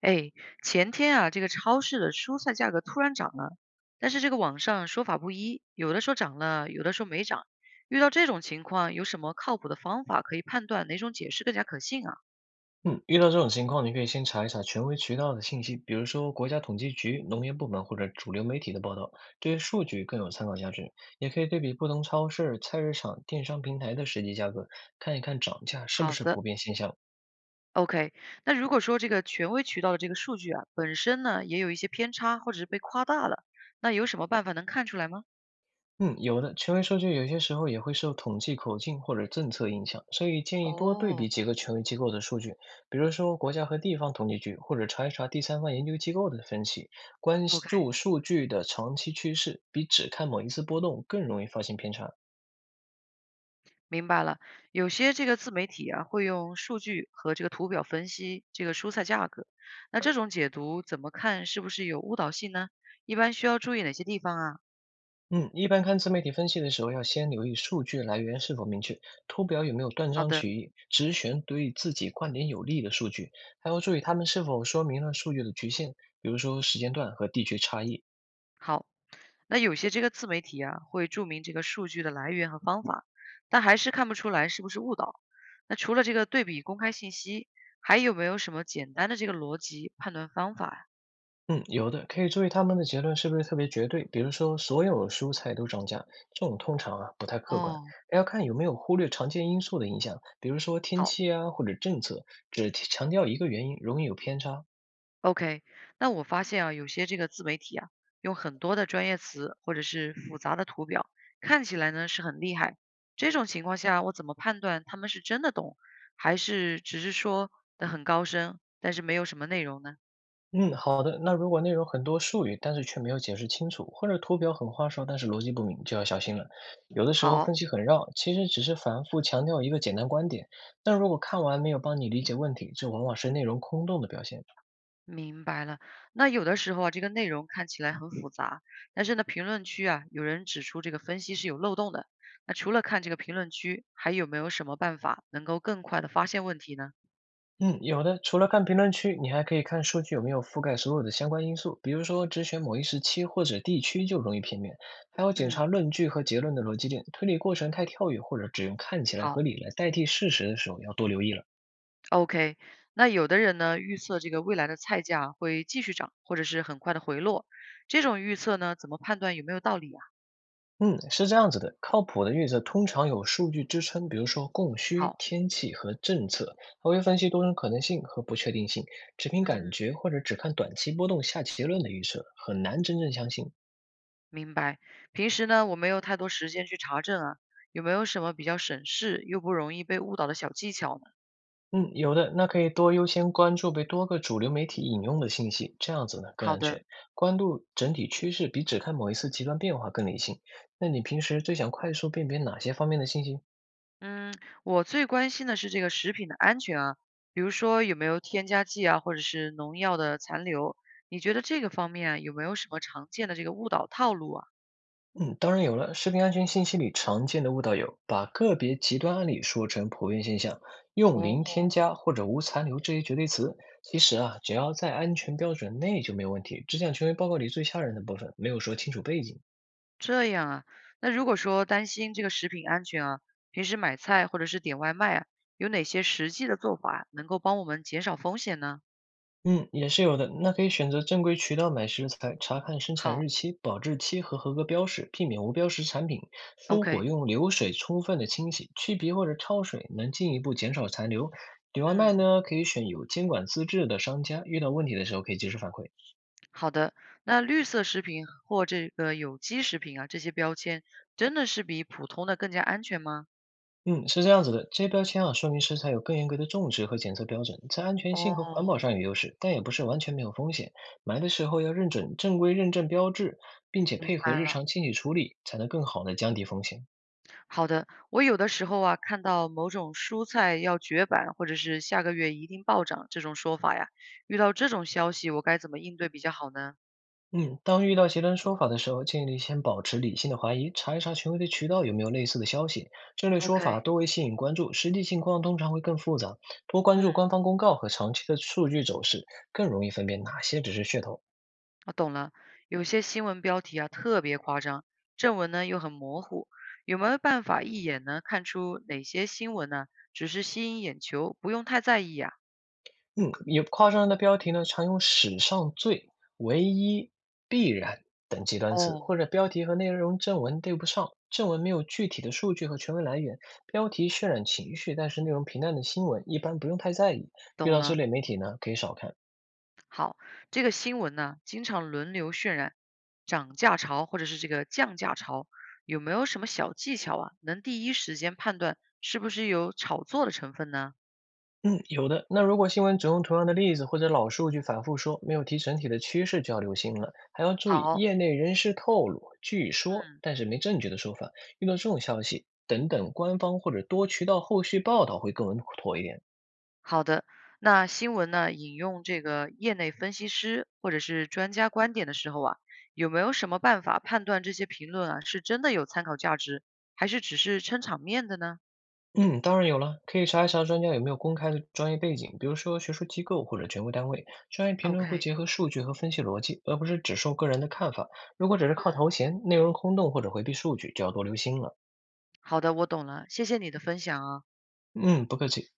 哎，前天啊，这个超市的蔬菜价格突然涨了，但是这个网上说法不一，有的说涨了，有的说没涨。遇到这种情况，有什么靠谱的方法可以判断哪种解释更加可信啊？嗯，遇到这种情况，你可以先查一查权威渠道的信息，比如说国家统计局、农业部门或者主流媒体的报道，这些数据更有参考价值。也可以对比不同超市、菜市场、电商平台的实际价格，看一看涨价是不好是的普遍现象。，OK。那如果说这个权威渠道的这个数据啊，本身呢也有一些偏差，或者是被夸大了，那有什么办法能看出来吗？嗯，有的，权威数据有些时候也会受统计口径或者政策影响，所以建议多对哦比几个权威机构的数据，比如说国家和地方统计局，或者查一查第三方研究机构的分析，关注，OK。数据的长期趋势，比只看某一次波动更容易发现偏差。明白了，有些这个自媒体啊，会用数据和这个图表分析这个蔬菜价格，那这种解读怎么看是不是有误导性呢？一般需要注意哪些地方啊？嗯，一般看自媒体分析的时候，要先留意数据来源是否明确，图表有没有断好章的，取义，只选对自己观点有利的数据，还要注意他们是否说明了数据的局限，比如说时间段和地区差异。好，那有些这个自媒体啊，会注明这个数据的来源和方法，但还是看不出来是不是误导。那除了这个对比公开信息，还有没有什么简单的这个逻辑判断方法呀？嗯，有的，可以注意他们的结论是不是特别绝对，比如说所有蔬菜都涨价，这种通常啊不太客观，哦，还要看有没有忽略常见因素的影响，比如说天好。气啊或者政策，只提强调一个原因容易有偏差。OK，那我发现啊，有些这个自媒体啊，用很多的专业词或者是复杂的图表，看起来呢是很厉害。这种情况下，我怎么判断他们是真的懂，还是只是说的很高深，但是没有什么内容呢？嗯，好的，那如果内容很多术语，但是却没有解释清楚，或者图表很花哨，但是逻辑不明，就要小心了。有的时候好，分析很绕，其实只是反复强调一个简单观点，但如果看完没有帮你理解问题，这往往是内容空洞的表现。明白了。那有的时候啊，这个内容看起来很复杂，但是呢，评论区啊，有人指出这个分析是有漏洞的。那除了看这个评论区，还有没有什么办法能够更快的发现问题呢？嗯，有的。除了看评论区，你还可以看数据有没有覆盖所有的相关因素，比如说只选某一时期或者地区就容易片面。还要检嗯，查论据和结论的逻辑链，推理过程太跳跃或者只用看起来合好。理来代替事实的时候，要多留意了。OK，那有的人呢，预测这个未来的菜价会继续涨，或者是很快的回落，这种预测呢，怎么判断有没有道理啊？嗯，是这样子的，靠谱的预测通常有数据支撑，比如说供需、好，天气和政策，还会分析多种可能性和不确定性。只凭嗯，感觉或者只看短期波动下结论的预测，很难真正相信。明白。平时呢，我没有太多时间去查证啊，有没有什么比较省事又不容易被误导的小技巧呢？嗯，有的，那可以多优先关注被多个主流媒体引用的信息，这样子呢更好安的，全。关注整体趋势比只看某一次极端变化更理性。那你平时最想快速辨别哪些方面的信息？嗯，我最关心的是这个食品的安全啊，比如说有没有添加剂啊，或者是农药的残留，你觉得这个方面啊有没有什么常见的这个误导套路啊？嗯，当然有了，食品安全信息里常见的误导有把个别极端案例说成普遍现象，用哦，零添加或者无残留这些绝对词。其实啊，只要在安全标准内就没有问题，只讲权威报告里最吓人的部分，没有说清楚背景。这样啊，那如果说担心这个食品安全啊，平时买菜或者是点外卖啊，有哪些实际的做法能够帮我们减少风险呢？嗯，也是有的。那可以选择正规渠道买食材，查看生产好日期、保质期和合格标识，避免无标识产品。蔬果，OK，用流水充分的清洗、去皮或者焯水，能进一步减少残留。点外卖嗯，呢，可以选有监管资质的商家，遇到问题的时候可以及时反馈。好的。那绿色食品或这个有机食品啊，这些标签真的是比普通的更加安全吗？嗯，是这样子的，这些标签啊，说明食材有更严格的种植和检测标准，在安全性和环保哦，上有优势，但也不是完全没有风险。买的时候要认准正规认证标志，并且明配合白日了。常清洗处理，才能更好的降低风险。好的，我有的时候啊，看到某种蔬菜要绝版，或者是下个月一定暴涨这种说法呀，遇到这种消息，我该怎么应对比较好呢嗯，当遇到极端说法的时候，建议你先保持理性的怀疑，查一查权威的渠道有没有类似的消息。这类说法？OK，多为吸引关注，实际情况通常会更复杂。多关嗯。注官方公告和长期的数据走势，更容易分辨哪些只是噱头。我懂了，有些新闻标题啊特别夸张，正文呢又很模糊，有没有办法一眼呢看出哪些新闻呢只是吸引眼球，不用太在意啊？嗯，有夸张的标题呢，常用“史上最”“唯一”“必然”等极端词，哦，或者标题和内容正文对不上，正文没有具体的数据和权威来源，标题渲染情绪，但是内容平淡的新闻一般不用太在意。遇懂到这了。类媒体呢，可以少看。好，这个新闻呢经常轮流渲染涨价潮或者是这个降价潮，有没有什么小技巧啊，能第一时间判断是不是有炒作的成分呢？嗯，有的。那如果新闻只用同样的例子或者老数据反复说，没有提整体的趋势就要留心了，还要注意好，业内人士透露、据说嗯。但是没证据的说法。遇到这种消息，等等官方或者多渠道后续报道会更稳妥一点。好的，那新闻呢，引用这个业内分析师或者是专家观点的时候啊，有没有什么办法判断这些评论啊是真的有参考价值，还是只是撑场面的呢嗯，当然有了，可以查一查专家有没有公开的专业背景，比如说学术机构或者权威单位。专业评论会？OK，结合数据和分析逻辑，而不是只受个人的看法。如果只是靠头衔、内容空洞或者回避数据，就要多留心了。好的，我懂了，谢谢你的分享啊。嗯，不客气。